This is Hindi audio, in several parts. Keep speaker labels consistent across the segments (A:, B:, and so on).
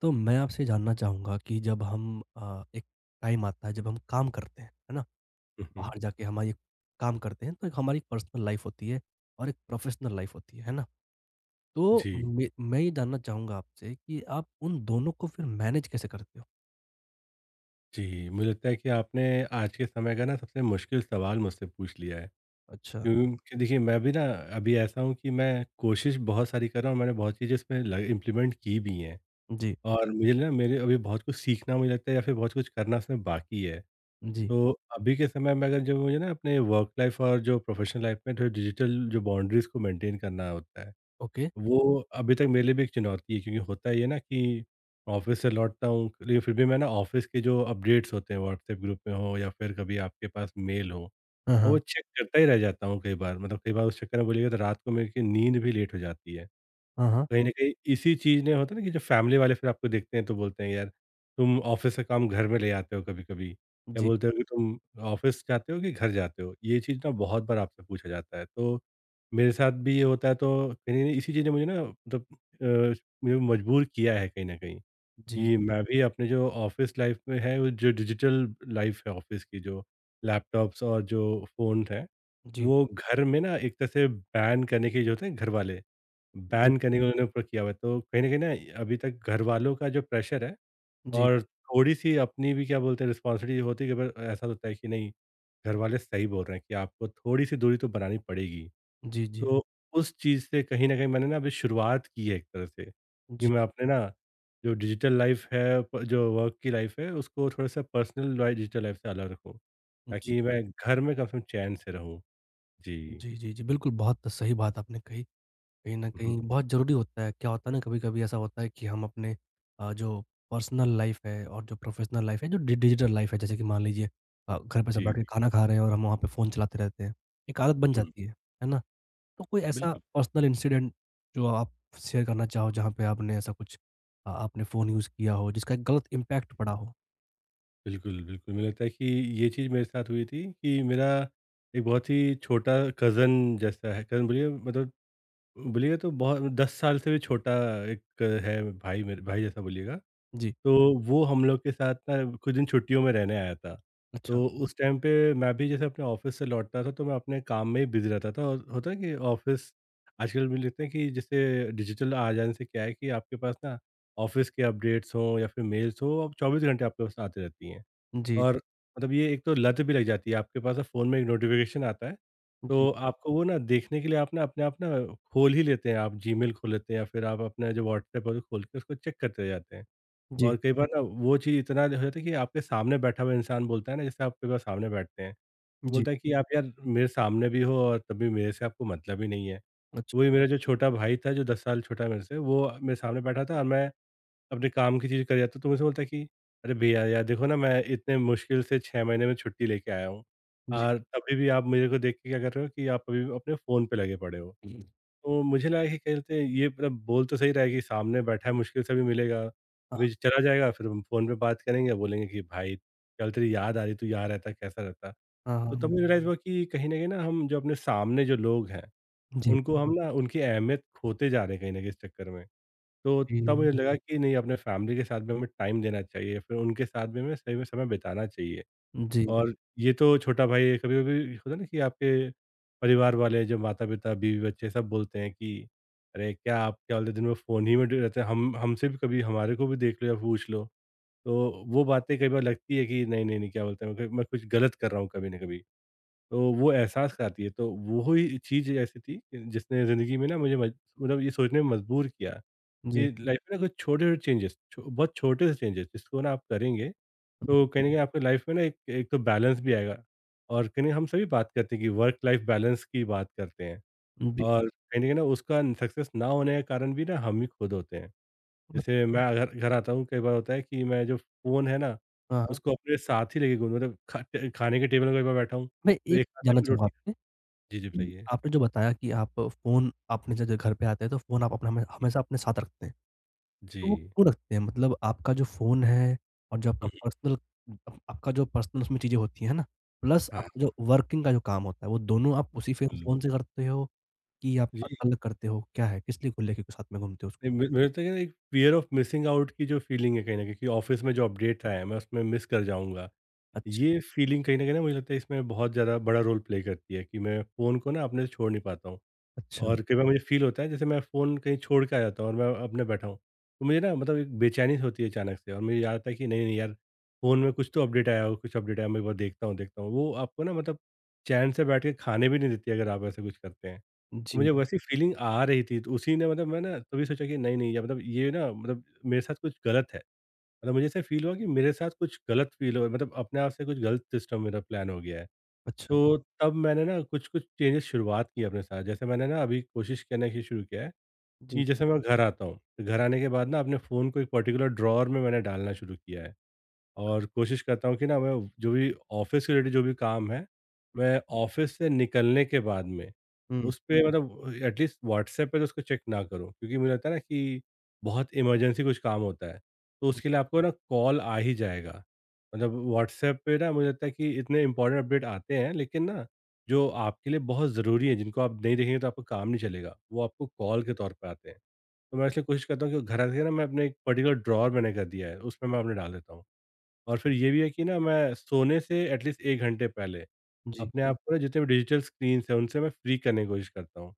A: तो मैं आपसे जानना चाहूँगा कि जब हम एक टाइम आता है, जब हम काम करते हैं, है ना?
B: हुँ, हुँ।
A: बाहर जाके हमारी एक काम करते हैं, तो एक हमारी पर्सनल लाइफ़ होती है और एक प्रोफ़ेशनल लाइफ़ होती है ना? तो
B: जी,
A: मैं ये जानना चाहूँगा आपसे कि आप उन दोनों को फिर मैनेज कैसे करते हो?
B: जी। मुझे लगता है कि आपने आज के समय का ना सबसे मुश्किल सवाल मुझसे पूछ लिया है।
A: अच्छा,
B: क्योंकि देखिए मैं भी ना अभी ऐसा हूँ कि मैं कोशिश बहुत सारी कर रहा हूँ, मैंने बहुत चीज़ें इसमें ल इम्प्लीमेंट की भी हैं।
A: जी,
B: और मुझे ना मेरे अभी बहुत कुछ सीखना मुझे लगता है, या फिर बहुत कुछ करना इसमें बाकी है।
A: जी,
B: तो अभी के समय में अगर जो मुझे ना अपने वर्क लाइफ़ और जो प्रोफ़ेशनल लाइफ़ में जो डिजिटल जो बाउंड्रीज़ को मेंटेन करना होता है,
A: ओके।
B: वो अभी तक मेरे लिए भी एक चुनौती है। क्योंकि होता ये है ना कि ऑफ़िस से लौटता हूँ, लेकिन फिर भी मैं ना ऑफ़िस के जो अपडेट्स होते हैं व्हाट्सएप ग्रुप में हो या फिर कभी आपके पास मेल हो, मैं
A: हाँ,
B: वो
A: हाँ।
B: चेक करता ही रह जाता हूँ कई बार। मतलब कई बार उस चक्कर में बोलिएगा तो रात को मेरी नींद भी लेट हो जाती है।
A: हाँ, हाँ।
B: कहीं न कहीं इसी चीज़ ने, होता है ना कि जब फैमिली वाले फिर आपको देखते हैं तो बोलते हैं, यार तुम ऑफ़िस से काम घर में ले आते हो कभी-कभी, या
A: जी,
B: बोलते हो कि तुम ऑफ़िस जाते हो कि घर जाते हो? ये चीज़ ना बहुत बार आपसे पूछा जाता है। तो मेरे साथ भी ये होता है, तो कहीं न कहीं इसी चीज़ ने मुझे ना मतलब अ, मुझे मजबूर किया है कहीं न कहीं
A: जी,
B: कि मैं भी अपने जो ऑफ़िस लाइफ़ में है, वो जो डिजिटल लाइफ़ है ऑफ़िस की, जो लैपटॉप्स और जो फ़ोन है,
A: जी,
B: वो घर में ना एक तरह से बैन करने के, जो होते हैं घर वाले,
A: जी,
B: बैन करने का उन्होंने ऊपर किया हुआ है। तो कहीं न कहीं ना अभी तक घर वालों का जो प्रेशर है,
A: जी,
B: और थोड़ी-सी अपनी भी क्या बोलते हैं रिस्पॉन्सिबिलिटी होती है कि ब ऐसा होता है कि नहीं, घर वाले सही बोल रहे हैं कि आपको थोड़ी-सी दूरी तो बनानी पड़ेगी।
A: जी, जी,
B: तो उस चीज़ से कहीं न कहीं मैंने ना अभी शुरुआत की है एक तरह से, कि
A: जी,
B: मैं अपने ना जो डिजिटल लाइफ़ है प जो वर्क की लाइफ़ है उसको थोड़ा-सा पर्सनल लाइ डिजिटल लाइफ़ से अलग रखूँ,
A: जी,
B: ताकि मैं घर में कम से कम चैन से रहूँ। जी।
A: जी, जी, जी, जी। बिल्कुल, बहुत सही बात आपने कही। कहीं न
B: हुँ,
A: कहीं बहुत ज़रूरी होता है। क्या होता है ना कभी-कभी ऐसा होता है कि हम अपने जो पर्सनल लाइफ़ है और जो प्रोफ़ेशनल लाइफ़ है, जो डि डिजिटल लाइफ़ है जैसे कि मान लीजिए घर पे सब
B: जी,
A: बैठ के खाना खा रहे हैं और हम वहाँ पे फ़ोन चलाते रहते हैं। एक आदत बन
B: हुँ,
A: जाती है ना? तो कोई ऐसा
B: बिल्कुल,
A: पर्सनल इंसिडेंट जो आप शेयर करना चाहो जहाँ पे आपने ऐसा कुछ आपने फ़ोन यूज़ किया हो जिसका एक गलत इम्पैक्ट पड़ा हो?
B: बिल्कुल, बिल्कुल, मुझे लगता है कि ये चीज़ मेरे साथ हुई थी, कि मेरा एक बहुत ही छोटा कज़न जैसा है, कज़न बोलिए मतलब बोलिएगा तो बहुत 10 साल से भी छोटा, एक है भाई मेरे भाई जैसा बोलिएगा।
A: जी,
B: तो वो हम लोग के साथ ना कुछ दिन छुट्टियों में रहने आया था।
A: अच्छा।
B: तो उस टाइम पे मैं भी जैसे अपने ऑफ़िस से लौटता था तो मैं अपने काम में ही बिज़ी रहता था, और होता है कि ऑफ़िस आजकल भी लेते हैं कि, जैसे डिजिटल आ जाने से क्या है कि आपके पास ना ऑफ़िस के अपडेट्स हों या फिर मेल्स हों, अब 24 घंटे आपके पास आती रहती हैं।
A: जी,
B: और
A: जी,
B: मतलब ये एक तो लत भी लग जाती है, आपके पास ना फ़ोन में एक नोटिफ़िकेशन आता है,
A: जी,
B: तो आपको वो ना देखने के लिए आप ना अपने आप ना खोल ही लेते हैं, आप जीमेल खोल लेते हैं, या फिर आप अपना जो व्हाट्सएप है, उसे खोल के उसको चेक करते जाते हैं।
A: जी,
B: और कई बार ना वो चीज़ इतना हो जाता है कि आपके सामने बैठा हुआ इंसान बोलता है ना, जैसे आप कई बार सामने बैठते हैं, तो
A: जी,
B: बोलता है कि आप यार मेरे सामने भी हो और तब भी मेरे से आपको मतलब ही नहीं है।
A: अच्छा,
B: तो वही मेरा जो छोटा भाई था, जो 10 साल छोटा है मेरे से, वो मेरे सामने बैठा था और मैं अपने काम की चीज़ कर रहा था, तो मुझसे बोलता है कि अरे भैया यार देखो ना, मैं इतने मुश्किल से 6 महीने में छुट्टी लेके आया हूँ,
A: जी।
B: और तभी भी आप मेरे को देख के क्या कर रहे हो कि आप अभी अपने फ़ोन पे लगे पड़े हो। तो मुझे लगा कि कहीं न कहीं ये मतलब बोल तो सही रहा है, कि सामने बैठा है, मुश्किल से भी मिलेगा,
A: हाँ,
B: अभी चला जाएगा फिर हम फ़ोन पे बात करेंगे, बोलेंगे कि भाई कल तेरी याद आ रही, तू यहाँ रहता कैसा रहता?
A: हाँ, हाँ,
B: तो तब
A: हाँ।
B: मुझे रियलाइज़ हुँ। हुआ कि कहीं न कहीं ना हम जो अपने सामने जो लोग हैं,
A: जी,
B: उनको हम ना उनकी अहमियत खोते जा रहे हैं कहीं न कहीं इस चक्कर में। तो
A: जी,
B: तब मुझे लगा कि नहीं, अपने फैमिली के साथ भी हमें टाइम देना चाहिए, फिर उनके साथ भी हमें सही में समय बिताना चाहिए।
A: जी,
B: और ये तो छोटा भाई है, कभी-कभी होता है ना कि आपके परिवार वाले, जो माता-पिता, बीवी-बच्चे सब बोलते हैं कि, "अरे! क्या आप क्या बोलते हैं दिन भर फ़ोन ही में डे रहते हैं, हम हमसे भी कभी हमारे को भी देख लो या पूछ लो।" तो वो बातें कई बार लगती है कि नहीं, नहीं, नहीं, क्या बोलते हैं, मैं कुछ गलत कर रहा हूँ कभी ना कभी। तो वो एहसास कराती है, तो वो ही चीज़ ऐसी थी कि जिसने ज़िंदगी में ना मुझे मज मतलब ये सोचने में मजबूर किया कि
A: जी,
B: लाइफ में ना कुछ छोटे-छोटे चेंजेस छो बहुत छोटे से चेंजेस जिसको ना आप करेंगे,
A: हुँ,
B: तो कहीं न कहीं आपकी लाइफ़ में ना एक एक तो बैलेंस भी आएगा, और कहीं न, हम सभी बात करते हैं कि वर्क लाइफ़ बैलेंस की बात करते हैं,
A: हुँ, जी।
B: और कहीं न कहीं ना उसका सक्सेस ना होने का कारण भी ना हम ही खुद होते हैं।
A: ब
B: जैसे मैं अगर घर आता हूँ, कई बार होता है कि मैं जो फ़ोन है ना,
A: हाँ, हाँ।
B: उसको अपने साथ ही लेके घूम मतलब खा ट खाने के टेबल में कई बार बैठा हूँ,
A: मैं
B: तो
A: एक
B: एक हाथ
A: जानना
B: से मैं
A: चाहूँगा
B: रोटी
A: आपसे
B: जी, जी
A: कि
B: बताइए?
A: आपने जो बताया कि आप फ़ोन आपने जब जब घर पे आते हैं तो फ़ोन आप अपना हमेशा अपने साथ रखते हैं।
B: जी।
A: तो वो क्यों रखते हैं? मतलब आपका जो फ़ोन है और जो आपका
B: हुँ,
A: पर्सनल अप आपका जो पर्सनल उसमें चीज़ें होती हैं ना, प्लस
B: हाँ,
A: आपका जो वर्किंग का जो काम होता है, वो दोनों आप उसी फ़े
B: बिल्कुल।
A: फ़ोन से करते हो कि आप
B: जी,
A: अलग करते हो? क्या है? किस लिए को लेके साथ में घूमते हो उसको?
B: नहीं मे मुझे लगता है कि एक फ़ियर ऑफ मिसिंग आउट की जो फ़ीलिंग है कहीं न कहीं, कि ऑफ़िस में जो अपडेट आए हैं मैं उसमें मिस कर जाऊँगा।
A: अच्छा,
B: ये फीलिंग कहीं न कहीं ना मुझे लगता है इसमें बहुत ज़्यादा बड़ा रोल प्ले करती है, कि मैं फ़ोन को ना अपने से छोड़ नहीं पाता हूँ।
A: अच्छा।
B: और कई बार मुझे फ़ील होता है जैसे मैं फ़ोन कहीं छोड़ के आ जाता हूँ और मैं अपने बैठा हूँ। तो मुझे ना मतलब एक बेचैनी सी होती है अचानक से, और मुझे याद आता है कि नहीं, नहीं यार, फ़ोन में कुछ तो अपडेट आया हो, कुछ अपडेट आया, मैं एक बार देखता हूँ, देखता हूँ। वो आपको ना मतलब चैन से बैठ के खाने भी नहीं देती अगर आप ऐसा कुछ करते हैं। तो
A: जी,
B: मुझे वैसी फीलिंग आ रही थी, तो उसी ने मतलब मैं ना तभी सोचा कि नहीं, नहीं, या मतलब ये ना मतलब मेरे साथ कुछ गलत है। मतलब मुझे ऐसा फ़ील हुआ कि मेरे साथ कुछ गलत फ़ील हो मतलब अपने आप से, कुछ गलत सिस्टम मेरा प्लान हो गया है।
A: अच्छा।
B: तो हुँ। तब मैंने ना कुछ-कुछ चेंजेज़ शुरुआत की अपने साथ। जैसे मैंने ना अभी कोशिश करने की शुरू किया है
A: जी।
B: कि जैसे मैं घर आता हूँ, तो घर आने के बाद ना अपने फ़ोन को एक पर्टिकुलर ड्रॉवर में मैंने डालना शुरू किया है। और कोशिश करता हूँ कि ना मैं जो भी ऑफ़िस के रिलेटेड जो भी काम है, मैं ऑफ़िस से निकलने के बाद में,
A: हुँ,
B: उस पे मतलब एटलीस्ट व्हाट्सऐप पे तो उसको चेक ना करूँ। क्योंकि मुझे लगता है ना कि बहुत इमरजेंसी कुछ काम होता है, तो
A: हुँ।
B: उसके लिए आपको ना कॉल आ ही जाएगा। मतलब व्हाट्सऐप पे ना मुझे लगता है कि इतने इम्पोर्टेंट अपडेट आते हैं, लेकिन ना जो आपके लिए बहुत ज़रूरी है, जिनको आप नहीं देखेंगे तो आपका काम नहीं चलेगा, वो आपको कॉल के तौर पे आते हैं। तो मैं इसलिए कोशिश करता हूँ कि घर आते ही ना मैं अपने एक पर्टिकुलर ड्रॉवर मैंने कर दिया है, उसमें मैं अपने डाल देता हूँ। और फिर ये भी है कि ना मैं सोने से एटलीस्ट 1 घंटे पहले,
A: जी,
B: अपने हुँ। आप को ना जितने भी डिजिटल स्क्रीन्स हैं उनसे मैं फ्री करने की कोशिश करता हूँ।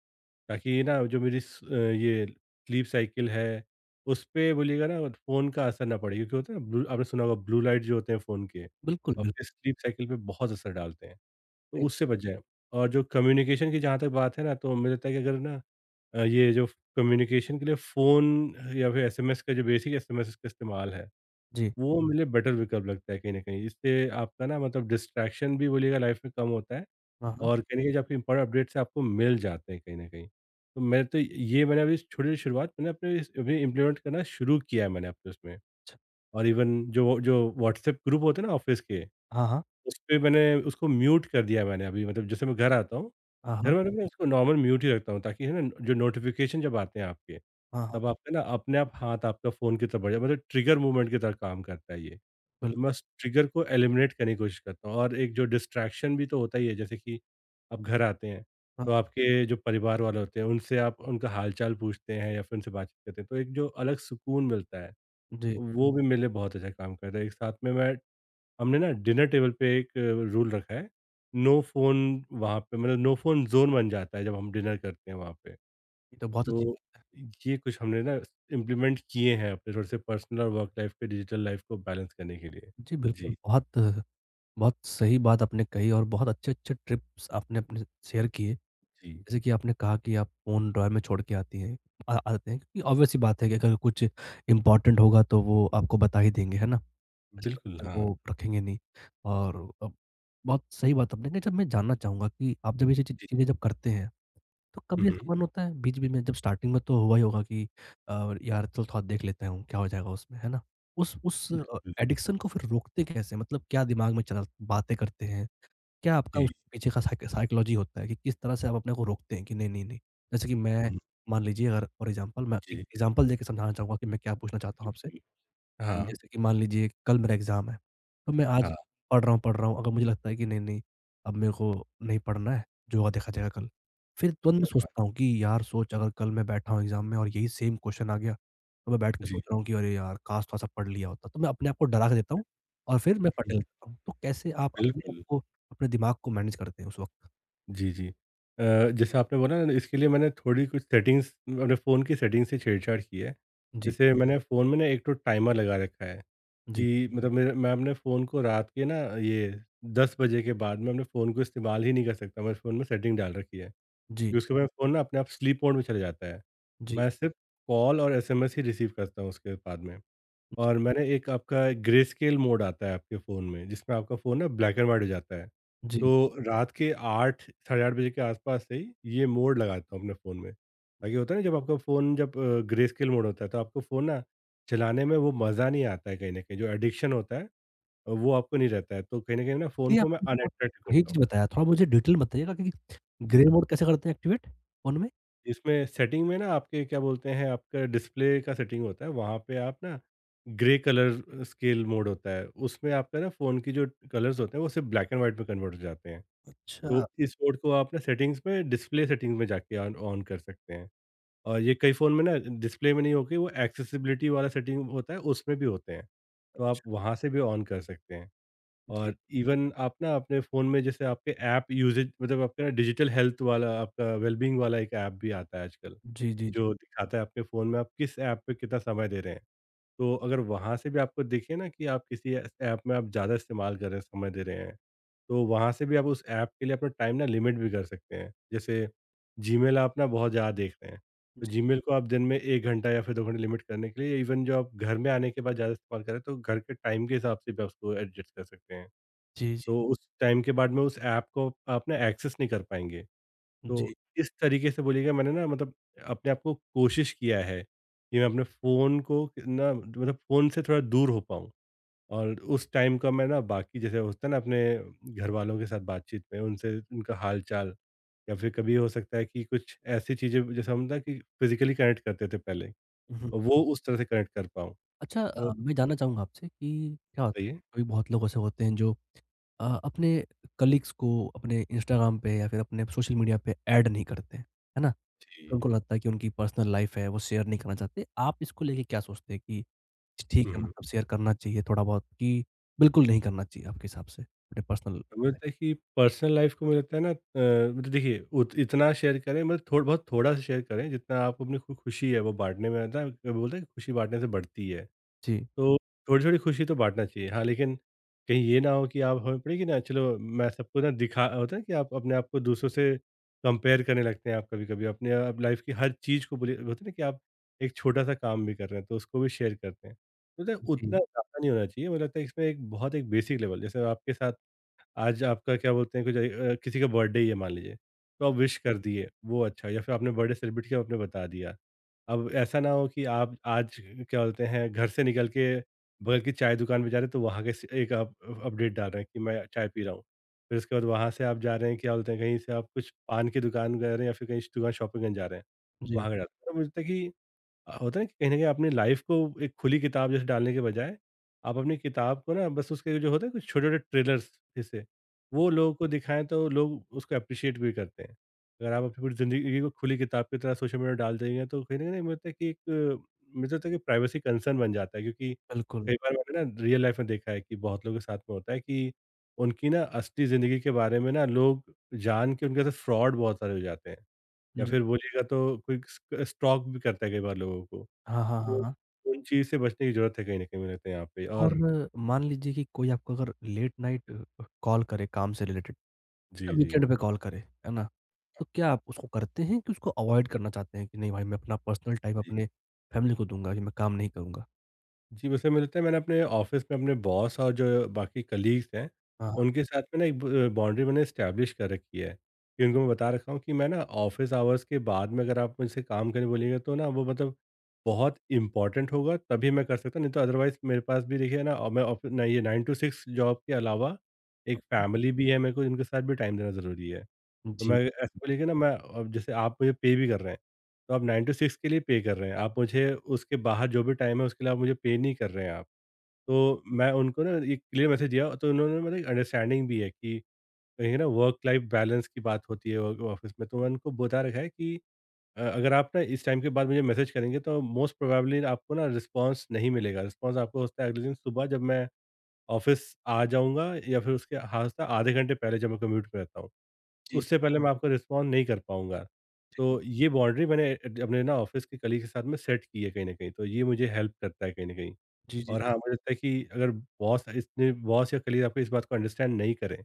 B: ताकि ना जो मेरी ये स्लीप साइकिल है, उसपे बोलिएगा ना फ़ोन का असर ना पड़े, क्योंकि होता है ना, ब्लू आपने सुना होगा ब्लू लाइट जो होते हैं फ़ोन के,
A: बिल्कुल, बिल्कुल।
B: आपके स्लीप साइकिल पे बहुत असर डालते हैं, तो
A: राइट,
B: उससे बच जाएँ। और जो कम्युनिकेशन की जहाँ तक बात है ना, तो मुझे लगता है कि अगर ना ये जो कम्युनिकेशन के लिए फ़ोन, या फिर एसएमएस का जो बेसिक एसएमएस का इस्तेमाल है,
A: जी।
B: वो मुझे बेटर विकल्प लगता है कहीं न कहीं। इससे आपका ना मतलब डिस्ट्रैक्शन भी बोलिएगा लाइफ में कम होता है,
A: हाँ, हाँ।
B: और कहीं न कहीं जो आपके इम्पोर्टेंट अपडेट्स हैं आपको मिल जाते हैं कहीं न कहीं। तो मैं तो ये मैंने अभी छोटी-छोटी शुरुआत मैंने अपने इस अभी इम्प्लीमेंट करना शुरू किया है मैंने अपने उसमें,
A: अच्छा।
B: और इवन जो जो व्हाट्सएप ग्रुप होते हैं ना ऑफ़िस के,
A: हाँ, हाँ।
B: उसपे मैंने उसको म्यूट कर दिया है मैंने अभी। मतलब जैसे मैं घर आता हूँ,
A: हाँ,
B: घर
A: हाँ।
B: में मैं उसको नॉर्मल म्यूट ही रखता हूँ, ताकि है ना, जो नोटिफ़िकेशन जब आते हैं आपके,
A: हाँ, हाँ।
B: तब आपका ना अपने आप हाथ आपका फ़ोन की तरफ बढ़ जाए। मतलब ट्रिगर मूवमेंट की तरह काम करता है ये।
A: बिल्कुल।
B: मैं उस ट्रिगर को एलिमिनेट करने की कोशिश करता हूँ, और एक जो डिस्ट्रैक्शन भी तो होता ही है, जैसे कि आप घर आते हैं,
A: हाँ,
B: तो आपके जो परिवार वाले होते हैं उनसे आप उनका हाल-चाल पूछते हैं या फिर उनसे बातचीत करते हैं, तो एक जो अलग सुकून मिलता है,
A: जी।
B: वो भी मेरे लिए बहुत अच्छा काम करता है। एक साथ में मैं, हमने ना डिनर टेबल पे एक रूल रखा है, नो फ़ोन। वहाँ पे मतलब नो फ़ोन ज़ोन बन जाता है जब हम डिनर करते हैं वहाँ पे।
A: ये तो बहुत अच्छी
B: तो
A: बात।
B: ये कुछ हमने ना इम्प्लीमेंट किए हैं अपने थोड़े से पर्सनल और वर्क लाइफ़ पे डिजिटल लाइफ़ को बैलेंस करने के लिए।
A: जी,
B: जी,
A: बिल्कुल, बहुत बहुत सही बात आपने कही और बहुत अच्छे-अच्छे ट्रिप्स आपने अपने शेयर किए।
B: जी।
A: जैसे कि आपने कहा कि आप फ़ोन ड्रॉयर में छोड़ के आते हैं क्योंकि ऑब्वियस सी बात है कि अगर कुछ इम्पोर्टेंट होगा तो वो आपको बता ही देंगे, है ना? ऐसे तो
B: बिल्कुल,
A: मतलब
B: हाँ।
A: वो रखेंगे नहीं। और अब बहुत सही बात आपने कही। अच्छा मैं जानना चाहूँगा कि आप जब ये चीज़
B: जी,
A: चीज़ें जब करते हैं तो
B: हुँ,
A: कभी
B: हुँ।
A: ऐसा मन होता है बीच-बीच में जब स्टार्टिंग में तो हुआ ही होगा कि यार चल थोड़ा देख लेता हूँ, क्या हो जाएगा उसमें, है ना? उस
B: बिल्कुल,
A: एडिक्शन को फिर रोकते कैसे? मतलब क्या दिमाग में चल बातें करते हैं? क्या आपका
B: जी,
A: उसके पीछे का साइकोलॉजी होता है कि किस तरह से आप अपने को रोकते हैं कि नहीं, नहीं, नहीं? जैसे कि मैं
B: हुँ,
A: मान लीजिए अगर फॉर एग्ज़ाम्पल मैं एक
B: जी,
A: एग्ज़ाम्पल देके समझाना चाहूँगा कि मैं क्या पूछना चाहता हूँ आपसे।
B: बिल्कुल। हाँ,
A: जैसे कि मान लीजिए कल मेरा एग्ज़ाम है, तो मैं
B: हाँ,
A: आज
B: अरे
A: पढ़ रहा हूँ, अगर मुझे लगता है कि नहीं, नहीं अब मेरे को नहीं पढ़ना है, जो होगा देखा जाएगा कल। फिर तुरंत मैं
B: वाह!
A: सोचता हूँ कि यार सोच अगर कल मैं बैठा हूँ एग्ज़ाम में और यही सेम क्वेश्चन आ गया, तो मैं बैठ के
B: जी,
A: सोच रहा हूँ कि अरे यार! काश थोड़ा-सा पढ़ लिया होता। तो मैं अपने आप को डरा के देता हूँ और फिर मैं
B: हुँ,
A: पढ़ने लगता हूँ। तो कैसे आप अपने आप
B: बिल्कुल।
A: को, अपने दिमाग को मैनेज करते हैं उस वक़्त?
B: जी, जी। जैसे आपने बोला ना, इसके लिए मैंने थोड़ी कुछ सेटिंग्स, अपने फ़ोन की सेटिंग्स से छेड़छाड़ की है।
A: जी,
B: जैसे मैंने फ़ोन में ना एक तो टाइमर लगा रखा है,
A: जी,
B: कि मतलब मेरे मैं अपने फ़ोन को रात के ना ये 10 बजे के बाद मैं अपने फ़ोन को इस्तेमाल ही नहीं कर सकता। मैंने फ़ोन में सेटिंग डाल रखी है
A: जी,
B: कि उसके बाद फ़ोन ना अपने आप स्लीप मोड में चला जाता है।
A: जी,
B: मैं सिर्फ़ कॉल और एसएमएस ही रिसीव करता हूँ उसके बाद में। और मैंने एक आपका ग्रे स्केल मोड आता है आपके फ़ोन में, जिसमें आपका फ़ोन ना ब्लैक एंड व्हाइट हो जाता है।
A: जी।
B: तो रात के 8 साढ़े 8 बजे के आस-पास से ही ये मोड लगाता हूँ अपने फ़ोन में। ताकि होता है ना, जब आपका फ़ोन जब ग्रे स्केल मोड होता है तो आपको फ़ोन ना चलाने में वो मज़ा नहीं आता है कहीं न कहीं, जो एडिक्शन होता है वो आपको नहीं रहता है। तो कहीं न कहीं ना फ़ोन
A: ये
B: को मैं
A: आपने बहुत
B: अनअट्रैक्ट
A: सही
B: करता
A: चीज़
B: हूँ।
A: बताया, थोड़ा मुझे डिटेल में बताइएगा कि ग्रे
B: जी।
A: मोड कैसे करते हैं एक्टिवेट फ़ोन में?
B: इसमें सेटिंग में ना आपके क्या बोलते हैं, आपका डिस्प्ले का सेटिंग होता है, वहाँ पे आप ना ग्रे कलर स्केल मोड होता है, उसमें आपका ना फ़ोन की जो कलर्स होते हैं वो सिर्फ ब्लैक एंड व्हाइट में कन्वर्ट हो जाते हैं।
A: अच्छा,
B: तो इस मोड को आप ना सेटिंग्स में, डिस्प्ले सेटिंग्स में जाके ऑन ऑन कर सकते हैं। और ये कई फ़ोन में ना डिस्प्ले में नहीं होके वो एक्सेसिबिलिटी वाला सेटिंग होता है, उसमें भी होते हैं। तो आप
A: अच्छा।
B: वहाँ से भी ऑन कर सकते हैं।
A: जी।
B: और इवन आप ना अपने फ़ोन में जैसे आपके ऐप यूजेज, मतलब आपका ना डिजिटल हेल्थ वाला, आपका वेलबींग वाला एक ऐप भी आता है आजकल,
A: जी, जी, जी।
B: जो दिखाता है आपके फ़ोन में आप किस ऐप पे कितना समय दे रहे हैं। तो अगर वहाँ से भी आपको दिखे ना कि आप किसी ऐस ऐप में आप ज़्यादा इस्तेमाल कर रहे हैं, समय दे रहे हैं, तो वहाँ से भी आप उस ऐप के लिए अपना टाइम ना लिमिट भी कर सकते हैं। जैसे जीमेल आप ना बहुत ज़्यादा देख रहे हैं, तो जीमेल को आप दिन में 1 घंटा या फिर 2 घंटे लिमिट करने के लिए, इवन जो आप घर में आने के बाद ज़्यादा इस्तेमाल कर रहे हैं, तो घर के टाइम के हिसाब से भी आप उसको एडजस्ट कर सकते हैं।
A: जी, जी,
B: तो उस टाइम के बाद में उस ऐप को आप ना एक्सेस नहीं कर पाएँगे।
A: जी,
B: तो
A: जी।
B: इस तरीके से बोलिएगा, मैंने ना मतलब अपने आप को कोशिश किया है कि मैं अपने फ़ोन को, कि ना मतलब फ़ोन से थोड़ा दूर हो पाऊँ, और उस टाइम का मैं ना बाकी, जैसे होता है ना अपने घरवालों के साथ बातचीत में, उनसे उनका हाल-चाल, या फिर कभी हो सकता है कि कुछ ऐसी चीज़ें, जैसे हम ना कि फ़िज़िकली कनेक्ट करते थे पहले,
A: हुँ, हुँ।
B: वो उस तरह से कनेक्ट कर पाऊँ।
A: अच्छा।
B: तो
A: मैं जानना चाहूँगा आपसे कि क्या होता है,
B: बताइए?
A: कभी बहुत लोग ऐसे होते हैं जो अपने कलीग्स को अपने इंस्टाग्राम पे या फिर अपने सोशल मीडिया पे ऐड नहीं करते हैं, है ना? तो
B: जी।
A: उनको लगता है कि उनकी पर्सनल लाइफ़ है, वो शेयर नहीं करना चाहते। आप इसको लेके क्या सोचते हैं कि ठीक
B: हुँ,
A: है
B: हुँ।
A: मतलब शेयर करना चाहिए थोड़ा बहुत कि बिल्कुल नहीं करना चाहिए आपके हिसाब से अपने पर्सनल
B: हमें
A: लाइफ़?
B: लगता है कि पर्सनल लाइफ को, मुझे लगता है ना, मतलब देखिए, उत इतना शेयर करें, मतलब थोड़ा बहुत, थोड़ा सा शेयर करें जितना आपको अपनी खुशी है वो बांटने में आता है। बोलते हैं कि खुशी बांटने से बढ़ती है।
A: जी,
B: तो थोड़ी थोड़ी खुशी तो बांटना चाहिए, हाँ, लेकिन कहीं ये ना हो कि आप हमें पड़े कि ना चलो मैं सबको ना दिखा, होता है कि आप अपने आप को दूसरों से कंपेयर करने लगते हैं, आप कभी कभी अपने आप लाइफ की हर चीज़ को बोलिए, होता है ना कि आप एक छोटा सा काम भी कर रहे हैं तो उसको भी शेयर करते हैं। मतलब उतना
A: जी,
B: ज़्यादा नहीं होना चाहिए, मुझे लगता है इसमें एक बहुत, एक बेसिक लेवल, जैसे आपके साथ आज आपका क्या बोलते हैं, कुछ किसी का बर्थडे ही है मान लीजिए, तो आप विश कर दिए, वो अच्छा, या फिर आपने बर्थडे सेलिब्रेट किया, आपने बता दिया। अब ऐसा ना हो कि आप आज क्या बोलते हैं, घर से निकल के बगल की चाय दुकान पे जा रहे हैं तो वहाँ के से एक आप अपडेट डाल रहे हैं कि मैं चाय पी रहा हूँ। फिर उसके बाद वहाँ से आप जा रहे हैं, क्या बोलते हैं, कहीं से आप कुछ पान की दुकान गए रहे हैं या फिर कहीं दुकान शॉपिंग करने जा रहे हैं,
A: जी,
B: वहाँ का डाल, तो मुझे लगता है कि होता है ना कि कहीं न कहीं अपनी लाइफ़ को एक खुली किताब जैसे डालने के बजाय, आप अपनी किताब को ना बस उसके जो होते हैं कुछ छोटे-छोटे ट्रेलर्स जैसे, वो लोगों को दिखाएँ, तो लोग उसको एप्रिशिएट भी करते हैं। अगर आप अपनी पूरी ज़िंदगी को खुली किताब की तरह सोशल मीडिया में डाल देंगे तो कहीं न कहीं मुझे लगता है कि एक, मुझे लगता है कि प्राइवेसी कंसर्न बन जाता है, क्योंकि
A: बिल्कुल।
B: कई बार मैंने ना रियल लाइफ़ में देखा है कि बहुत लोगों के साथ में होता है कि उनकी ना असली ज़िंदगी के बारे में ना लोग जान के उनके साथ फ्रॉड बहुत सारे हो जाते हैं। या
A: जी।
B: फिर बोलिएगा तो कोई स स्टॉक भी करता है कई बार लोगों को।
A: हाँ, हाँ, हाँ,
B: तो
A: हाँ।
B: उन चीज़ से बचने की ज़रूरत है कहीं न कहीं, मुझे लगता है यहाँ पे,
A: और
B: और
A: मान लीजिए कि कोई आपको अगर लेट नाइट कॉल करे काम से रिलेटेड या
B: जी, जी।
A: वीकेंड पे कॉल करे, है ना? तो क्या आप उसको करते हैं कि उसको अवॉइड करना चाहते हैं कि नहीं भाई मैं अपना पर्सनल टाइम
B: जी।
A: अपने फैमिली को दूँगा कि मैं काम नहीं करूँगा?
B: जी, वैसे मुझे लगता है मैंने अपने ऑफ़िस में अपने बॉस और जो बाकी कलीग्स हैं,
A: हाँ, हाँ।
B: उनके साथ में ना एक ब बाउंड्री मैंने एस्टेब्लिश कर रखी है, कि उनको मैं बता रखा हूँ कि मैं ना ऑफ़िस आवर्स के बाद में अगर आप मुझसे काम करने बोलिएगा तो ना, वो मतलब बहुत इम्पोर्टेंट होगा तभी मैं कर सकता हूँ, नहीं तो अदरवाइज़ मेरे पास भी देखिए ना, और मैं ऑफ़ि ना ये 9 टू 6 जॉब के अलावा एक फैमिली भी है मेरे को, उनके साथ भी टाइम देना ज़रूरी है। तो मैं
A: जी,
B: ऐसा बोलिए कि ना, मैं अब जैसे आप मुझे पे भी कर रहे हैं, तो आप 9 टू 6 के लिए पे कर रहे हैं, आप मुझे उसके बाहर जो भी टाइम है उसके लिए आप मुझे पे नहीं कर रहे हैं आप। तो मैं उनको ना एक क्लियर मैसेज दिया, तो उन्होंने मतलब एक अंडरस्टैंडिंग भी है कि कहीं ना वर्क लाइफ बैलेंस की बात होती है वर्क ऑफ़िस में, तो मैंने उनको बता रखा है कि अगर आप ना इस टाइम के बाद मुझे मैसेज करेंगे तो मोस्ट प्रोबेबली आपको ना रिस्पॉन्स नहीं मिलेगा, रिस्पॉन्स आपको हो सकता है अगले दिन सुबह जब मैं ऑफ़िस आ जाऊँगा, या फिर उसके, हाँ, होता है आधे घंटे पहले जब मैं कम्यूट पे रहता हूँ।
A: जी, जी,
B: उससे पहले मैं आपको रिस्पॉन्ड नहीं कर पाऊँगा। तो ये बाउंड्री मैंने अपने ना ऑफ़िस के कलीग के साथ में सेट की है कहीं न कहीं, तो ये मुझे हेल्प करता है कहीं न कहीं।
A: जी, जी, जी,
B: और हाँ, मुझे लगता है कि अगर बॉस या कलीग आपको इस बात को अंडरस्टैंड नहीं करें,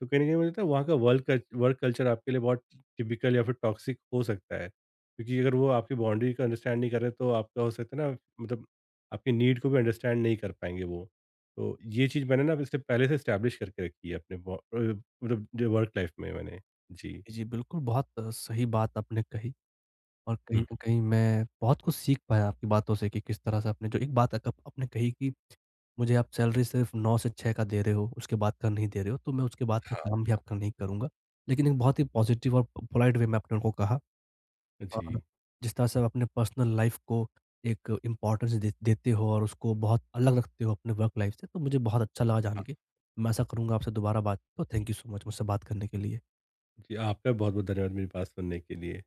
B: तो कहीं न कहीं मुझे लगता है वहाँ का वर्क कल्चर आपके लिए बहुत टिपिकल या फिर टॉक्सिक हो सकता है। क्योंकि अगर वो आपकी बाउंड्री को अंडरस्टैंड नहीं कर रहे तो आपका हो सकता है ना, मतलब आपकी नीड को भी अंडरस्टैंड नहीं कर पाएँगे वो। तो ये चीज़ मैंने ना इससे पहले से एस्टैब्लिश करके रखी है अपने मतलब जो वर्क लाइफ़ में मैंने। जी।
A: जी, बिल्कुल बहुत सही बात आपने कही। और कहीं
B: हुँ।
A: न कहीं मैं बहुत कुछ सीख पाया आपकी बातों से कि किस तरह से आपने जो एक बात अक आपने कही कि मुझे आप सैलरी सिर्फ़ 9 से 6 का दे रहे हो, उसके बाद का नहीं दे रहे हो, तो मैं उसके बाद का
B: हाँ।
A: काम भी आपका नहीं करूँगा। लेकिन एक बहुत ही पॉज़िटिव और प पोलाइट वे में आपने उनको कहा। और
B: जी।
A: जिस तरह से आप अपने पर्सनल लाइफ़ को एक इम्पोर्टेंस दे देते हो और उसको बहुत अलग रखते हो अपने वर्क लाइफ़ से, तो मुझे बहुत अच्छा लगा जान
B: हाँ।
A: के। मैं आशा करूँगा आपसे दोबारा बात हो। थैंक यू सो मच मुझसे बात करने के लिए।
B: जी, आपका बहुत-बहुत धन्यवाद मेरी बात सुनने के लिए।